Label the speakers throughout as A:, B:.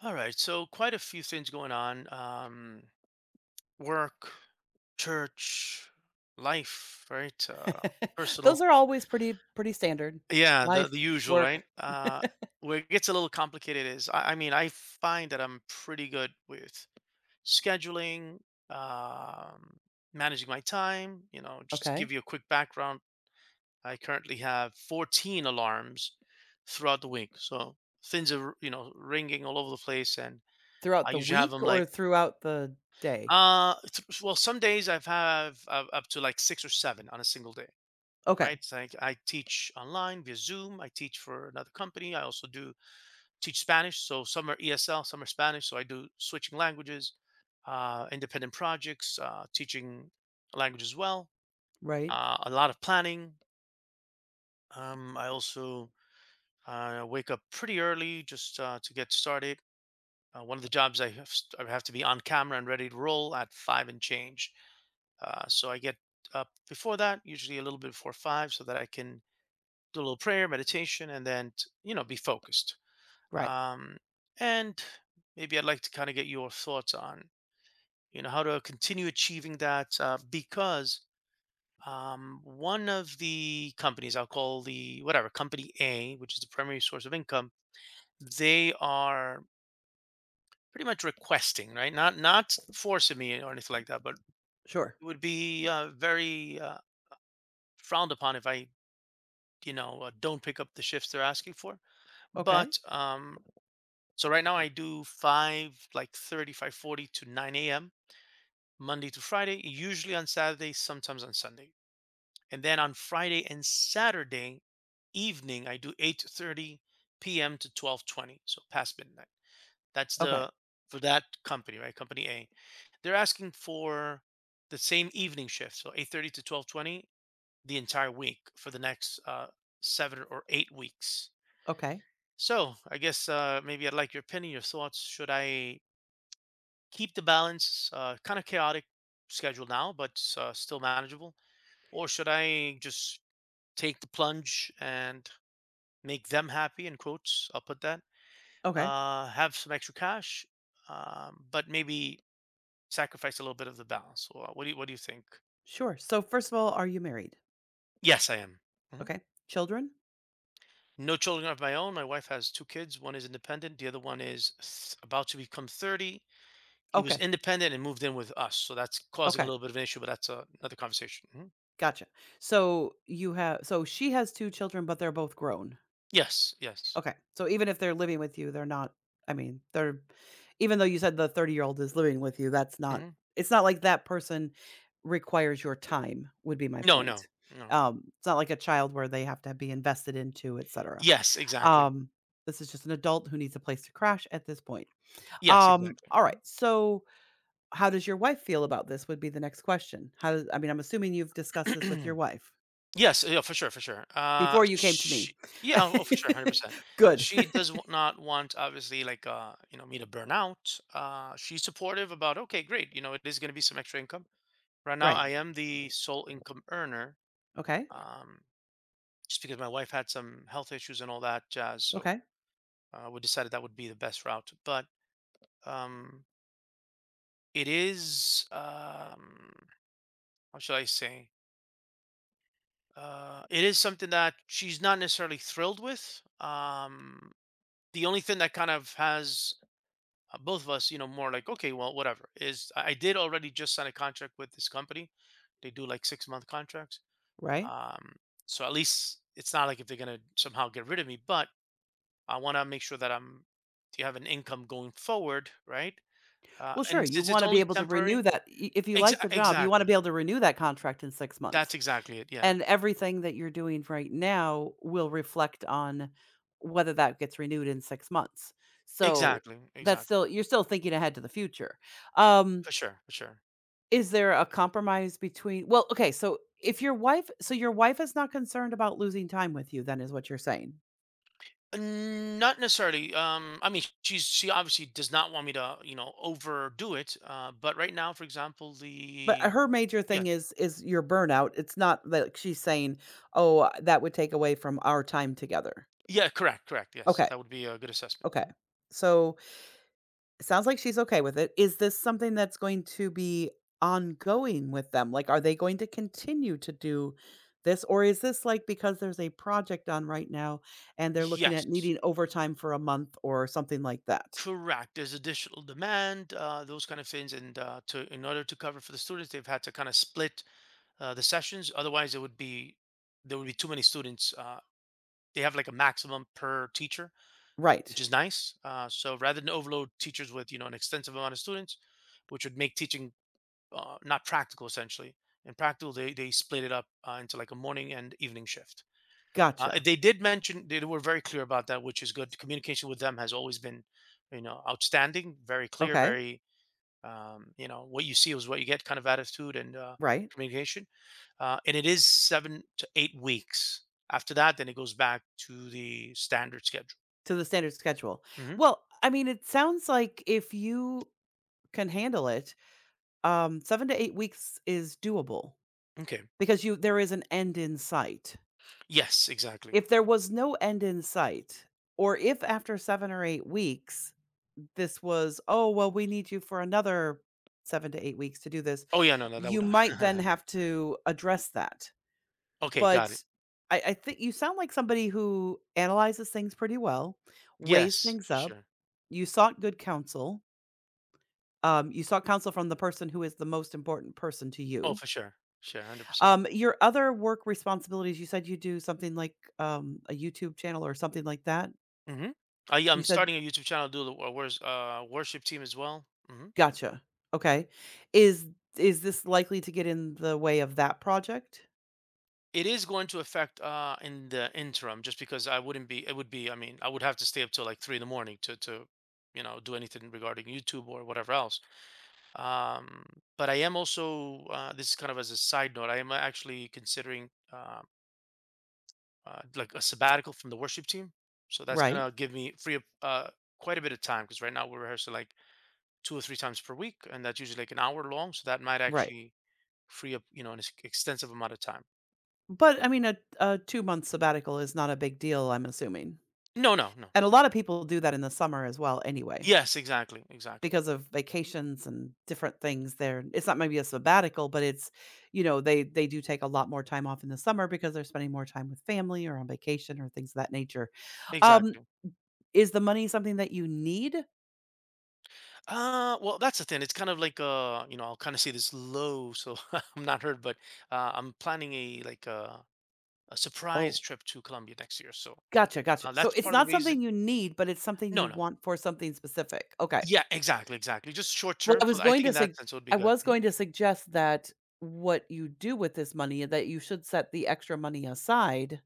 A: All right, so quite a few things going on. Work, church, life, right? Uh, personal.
B: Those are always pretty standard.
A: Yeah, the
B: Life,
A: the usual, right?
B: work,
A: Where it gets a little complicated is, I mean, I find that I'm pretty good with scheduling, um, managing my time. Just to
B: okay.
A: give you a quick background, I currently have 14 alarms throughout the week, so things are, ringing all over the place, and
B: Throughout
A: I
B: the
A: usually have
B: week
A: them
B: or
A: like.
B: throughout the day?
A: Well, some days I've have up to like six or seven on a single day,
B: Okay.
A: right? So I teach online via Zoom. I teach for another company. I also do teach Spanish. So some are ESL, some are Spanish. So I do switching languages, independent projects, teaching a language as well.
B: Right.
A: A lot of planning. I also wake up pretty early just to get started. One of the jobs I have, I have to be on camera and ready to roll at 5 and change. So I get up before that, usually a little bit before 5, so that I can do a little prayer, meditation, and then be focused.
B: Right.
A: Um, and maybe I'd like to kind of get your thoughts on how to continue achieving that, because one of the companies I'll call the whatever company A, which is the primary source of income, they are pretty much requesting, right? Not forcing me or anything like that, but
B: Sure.
A: it would be very frowned upon if I don't pick up the shifts they're asking for,
B: Okay.
A: but so right now I do 5 like 35, 40 to 9 a.m. Monday to Friday, usually on Saturday, sometimes on Sunday, and then on Friday and Saturday evening I do 8:30 p.m. to 12:20, so past midnight. That's
B: Okay.
A: the for that company, right, company A. They're asking for the same evening shift, so 8:30 to 12:20, the entire week for the next 7 or 8 weeks.
B: Okay.
A: So I guess, maybe I'd like your opinion, your thoughts. Should I keep the balance, kind of chaotic schedule now, but still manageable, or should I just take the plunge and make them happy? In quotes, I'll put that.
B: Okay.
A: Have some extra cash, but maybe sacrifice a little bit of the balance. What do you think?
B: Sure. So first of all, are you married?
A: Yes, I am. Mhm.
B: Okay. Children?
A: No children of my own. My wife has two kids. One is independent. The other one is about to become 30. He was
B: Okay.
A: independent and moved in with us, so that's causing a
B: Okay.
A: little bit of an issue, but that's, another conversation. Mhm.
B: Gotcha. So you have so she has two children, but they're both grown.
A: Yes, yes.
B: Okay. So even if they're living with you, they're not I mean, they're even though you said the 30-year-old is living with you, that's not
A: Mhm.
B: it's not like that person requires your time would be my
A: No,
B: point.
A: no, no.
B: It's not like a child where they have to be invested into, etcetera.
A: Yes, exactly.
B: Um, this is just an adult who needs a place to crash at this point.
A: Yes, exactly.
B: Alright.
A: Mhm.
B: So how does your wife feel about this would be the next question. How does I mean, I'm assuming you've discussed this with your wife
A: Yes, yeah, for sure, for sure.
B: before you came to
A: Sh
B: me.
A: Yeah, oh, oh, for sure, 100%.
B: Good.
A: She does w not want, obviously, like, me to burn out. She's supportive about, "Okay, great, you know, it is gonna be some extra income." Right now,
B: Right.
A: I am the sole income earner,
B: Okay.
A: um, just because my wife had some health issues and all that jazz, so
B: Okay.
A: we decided that would be the best route. But um, it is, how should I say? It is something that she's not necessarily thrilled with. The only thing that kind of has both of us, you know, more like, okay, well, whatever, is I did already just sign a contract with this company. They do like 6-month contracts.
B: Right?
A: Um, so at least it's not like if they're going to somehow get rid of me, but I want to make sure that I'm, you have an income going forward, right? Uh,
B: Well, sure,
A: and
B: you
A: since it's
B: wanna be
A: only
B: able to renew
A: temporary.
B: that I if you
A: exa
B: like the job, you wanna
A: exactly.
B: be able to renew that contract in 6 months,
A: That's exactly it, yeah.
B: and everything that you're doing right now will reflect on whether that gets renewed in 6 months. So,
A: Exactly,
B: that's still
A: exactly.
B: you're still thinking ahead to the future. Um,
A: For sure, for sure.
B: is there a compromise between well, okay, so if your wife so your wife is not concerned about losing time with you then is what you're saying?
A: N not necessarily, I mean, she obviously does not want me to, you know, overdo it, but right now, for example,
B: But
A: the
B: her major
A: yeah.
B: thing is your burnout. It's not like she's saying, "Oh, that would take away from our time together."
A: Yeah, correct, correct, yes.
B: Okay.
A: That would be a good assessment,
B: Okay.
A: mhm.
B: So, it sounds like she's okay with it. Is this something that's going to be ongoing with them? Like, are they going to continue to do this? Or is this like because there's a project on right now and they're looking at
A: Yes,
B: needing overtime for a month or something like that?
A: correct. There's additional demand, those kind of things, and, to in order to cover for the students, they've had to kinda split, the sessions, otherwise it would be there would be too many students. They have like a maximum per teacher, which
B: Right.
A: is nice. So rather than overload teachers with an extensive amount of students, which would make teaching not practical essentially. In practical, they split it up into like a morning and evening shift. Uh,
B: Gotcha.
A: they did mention they were very clear about that, which is good. Communication with them has always been, outstanding, very clear,
B: Okay.
A: very you know what you see is what you get kind of attitude and
B: Right.
A: communication, and it is 7 to 8 weeks. After that then it goes back to the standard schedule.
B: To the standard schedule.
A: Hmm.
B: Well, I mean, it sounds like if you can handle it, 7 to 8 weeks is doable
A: Okay.
B: because you there is an end in sight.
A: Yes, exactly.
B: If there was no end in sight, or if after 7 or 8 weeks, this was, "Oh, well, we need you for another 7 to 8 weeks to do this,"
A: Oh yeah, no, no, that would
B: you might then
A: not.
B: have to address that.
A: Okay, got it.
B: But I think you sound like somebody who analyzes things pretty well, weighs
A: Yes,
B: things
A: for
B: up.
A: sure.
B: You sought good counsel. You sought counsel from the person who is the most important person to
A: Oh,
B: you.
A: for sure, sure, 100% percent.
B: Your other work responsibilities, you said you do something like, a YouTube channel or something like that?
A: Hmm.
B: You
A: I'm
B: said
A: starting a YouTube channel, do the worship team as well. Hmm.
B: Gotcha. Okay. Is is this likely to get in the way of that project?
A: It is going to affect in the interim, just because I wouldn't be it would be I mean I would have to stay up till like 3 in the morning to do anything regarding YouTube or whatever else. Um but I am also this is kind of as a side note, I am actually considering like a sabbatical from the worship team. So that's
B: Right.
A: gonna give me free up quite a bit of time, because right now we're rehearsing like two or three times per week and that's usually like an hour long. So that might
B: Right.
A: actually free up, an extensive amount of time.
B: But, I mean, a two-month sabbatical is not a big deal, I'm assuming.
A: No, no, no.
B: And a lot of people do that in the summer as well anyway.
A: Yes, exactly, exactly.
B: Because of vacations and different things there it's not maybe a sabbatical, but it's, you know, they do take a lot more time off in the summer because they're spending more time with family or on vacation or things of that nature. Um,
A: Exactly.
B: is the money something that you need?
A: Well, that's the thing. It's kind of like I'll kind of say this low, so I'm not hurt, but I'm planning a surprise
B: Oh,
A: trip to Colombia next year. So
B: gotcha, gotcha. So
A: that's
B: it's
A: part of the
B: not something
A: reason.
B: you need, but it's something
A: No,
B: you
A: no.
B: want for something specific. Okay.
A: Yeah, exactly, exactly. Just short
B: Well,
A: term.
B: I was
A: So I
B: going
A: think
B: to
A: in that
B: say
A: sense it would be
B: I
A: good.
B: was
A: Mhm.
B: going to suggest that what you do with this money that you should set the extra money aside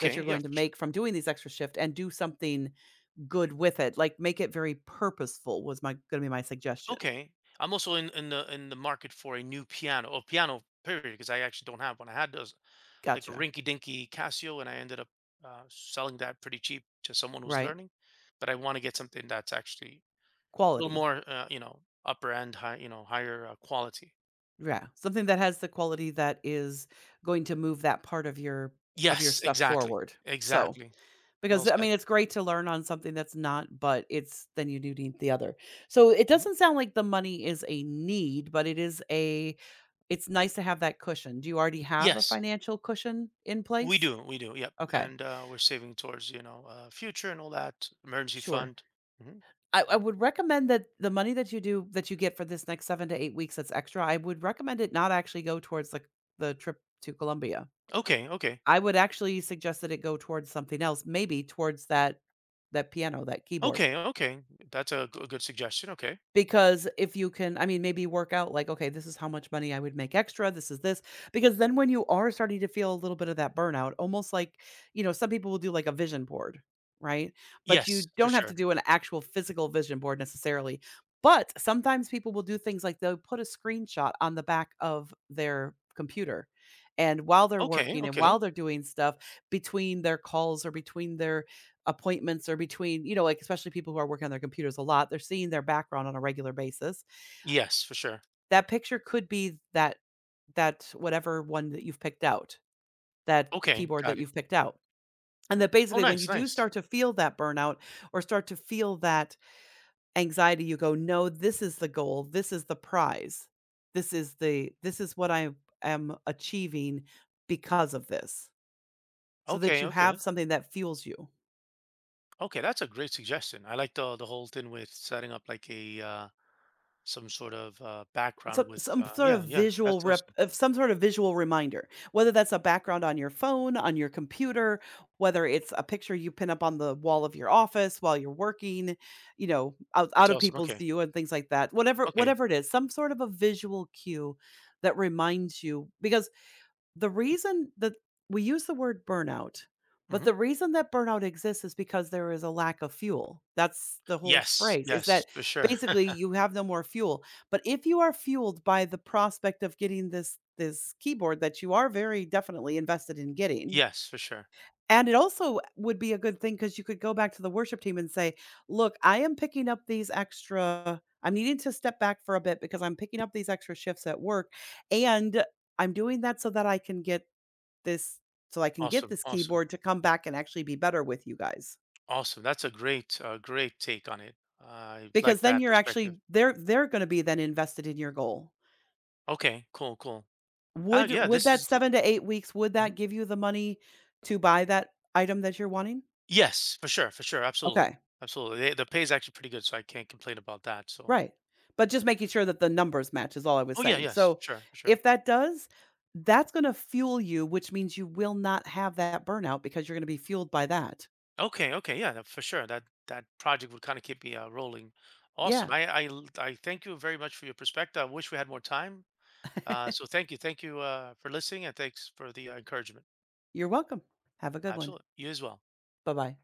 B: that you're
A: Yeah,
B: going to
A: for sure.
B: make from doing these extra shift and do something good with it, like, make it very purposeful was my gonna be my suggestion.
A: Okay. I'm also in the market for a new piano or piano period because I actually don't have one. I had those like a
B: Gotcha.
A: rinky dinky Casio, and I ended up selling that pretty cheap to someone who's
B: Right.
A: learning. But I want to get something that's actually little
B: Quality.
A: more, upper end, high, higher quality.
B: Yeah, something that has the quality that is going to move that part of your
A: Yes,
B: stuff
A: exactly,
B: forward. So,
A: exactly. Well
B: because, I
A: said.
B: mean, it's great to learn on something that's not, but it's then you do need the other. So, it
A: Mhm.
B: doesn't sound like the money is a need, but it is a it's nice to have that cushion. Do you already have a
A: Yes,
B: financial cushion in
A: we
B: place?
A: do, we do. Yep,
B: Okay,
A: and we're saving towards future and all that emergency
B: sure.
A: fund. Mhm.
B: I would recommend that the money that you get for this next 7 to 8 weeks that's extra, I would recommend it not actually go towards, like, the trip to Colombia.
A: Okay, okay,
B: I would actually suggest that it go towards something else, maybe towards that piano, that keyboard.
A: okay, okay. That's a good suggestion. Okay.
B: Because if you can I mean, maybe work out like, "Okay, this is how much money I would make extra, this is this." Because then when you are starting to feel a little bit of that burnout, almost like, you know, some people will do like a vision board, right? But
A: Yes,
B: you
A: for
B: don't have to
A: sure.
B: do an actual physical vision board necessarily. But sometimes people will do things like they'll put a screenshot on the back of their computer. And while they're
A: Okay,
B: working and
A: okay.
B: while they're doing stuff between their calls or between their appointments or between you know, like, especially people who are working on their computers a lot, they're seeing their background on a regular basis.
A: Yes, for sure.
B: That picture could be that whatever one that you've picked out, that
A: Okay,
B: keyboard that
A: got it.
B: you've picked out. And that
A: Oh,
B: basically when you
A: nice,
B: do
A: nice.
B: start to feel that burnout or start to feel that anxiety, you go, "No, this is the goal. This is the prize. This is what I am achieving because of this." So that
A: Okay,
B: you have
A: okay,
B: something that fuels you.
A: okay. That's a great suggestion. I like the whole thing with setting up like a some sort of
B: some
A: background with
B: some sort of
A: yeah, yeah,
B: visual
A: that's
B: rep
A: awesome,
B: of some sort of visual reminder, whether that's a background on your phone, on your computer, whether it's a picture you pin up on the wall of your office while you're working, you know,
A: that's
B: out of
A: awesome.
B: people's
A: Okay,
B: view and things like that. Whatever
A: okay.
B: whatever it is, some sort of a visual cue that reminds you because the reason that we use the word burnout, but
A: Hmm.
B: the reason that burnout exists is because there is a lack of fuel. That's the whole
A: Yes,
B: phrase is
A: yes,
B: that
A: for sure.
B: basically you have no more fuel. But if you are fueled by the prospect of getting this keyboard that you are very definitely invested in getting,
A: Yes, for sure.
B: and it also would be a good thing because you could go back to the worship team and say, look, I am picking up these extra, I'm needing to step back for a bit because I'm picking up these extra shifts at work. And I'm doing that so that I can get this so I can get
A: Awesome,
B: this
A: awesome,
B: keyboard to come back and actually be better with you guys."
A: awesome. That's a great take on it. I
B: Because
A: like
B: then
A: that
B: you're
A: perspective.
B: actually they're gonna be then invested in your goal.
A: Okay, cool, cool. uh,
B: Would
A: yeah
B: would
A: this
B: that
A: is
B: 7 to 8 weeks, would that
A: Mhm.
B: give you the money to buy that item that you're wanting?
A: Yes, for sure, for sure, absolutely,
B: Okay,
A: absolutely. They, the pay is actually pretty good, so I can't complain about that. So
B: right. But just making sure that the numbers match is all I was
A: oh yeah,
B: saying.
A: yes,
B: So,
A: sure, for sure.
B: if that does, that's gonna fuel you, which means you will not have that burnout because you're gonna be fueled by that.
A: Okay, okay, yeah, for sure. That project would kind of keep me rolling. Awesome.
B: Yeah.
A: I thank you very much for your perspective. I wish we had more time. So thank you for listening, and thanks for the encouragement.
B: You're welcome. Have a good one.
A: Absolutely, you as well.
B: Bye-bye.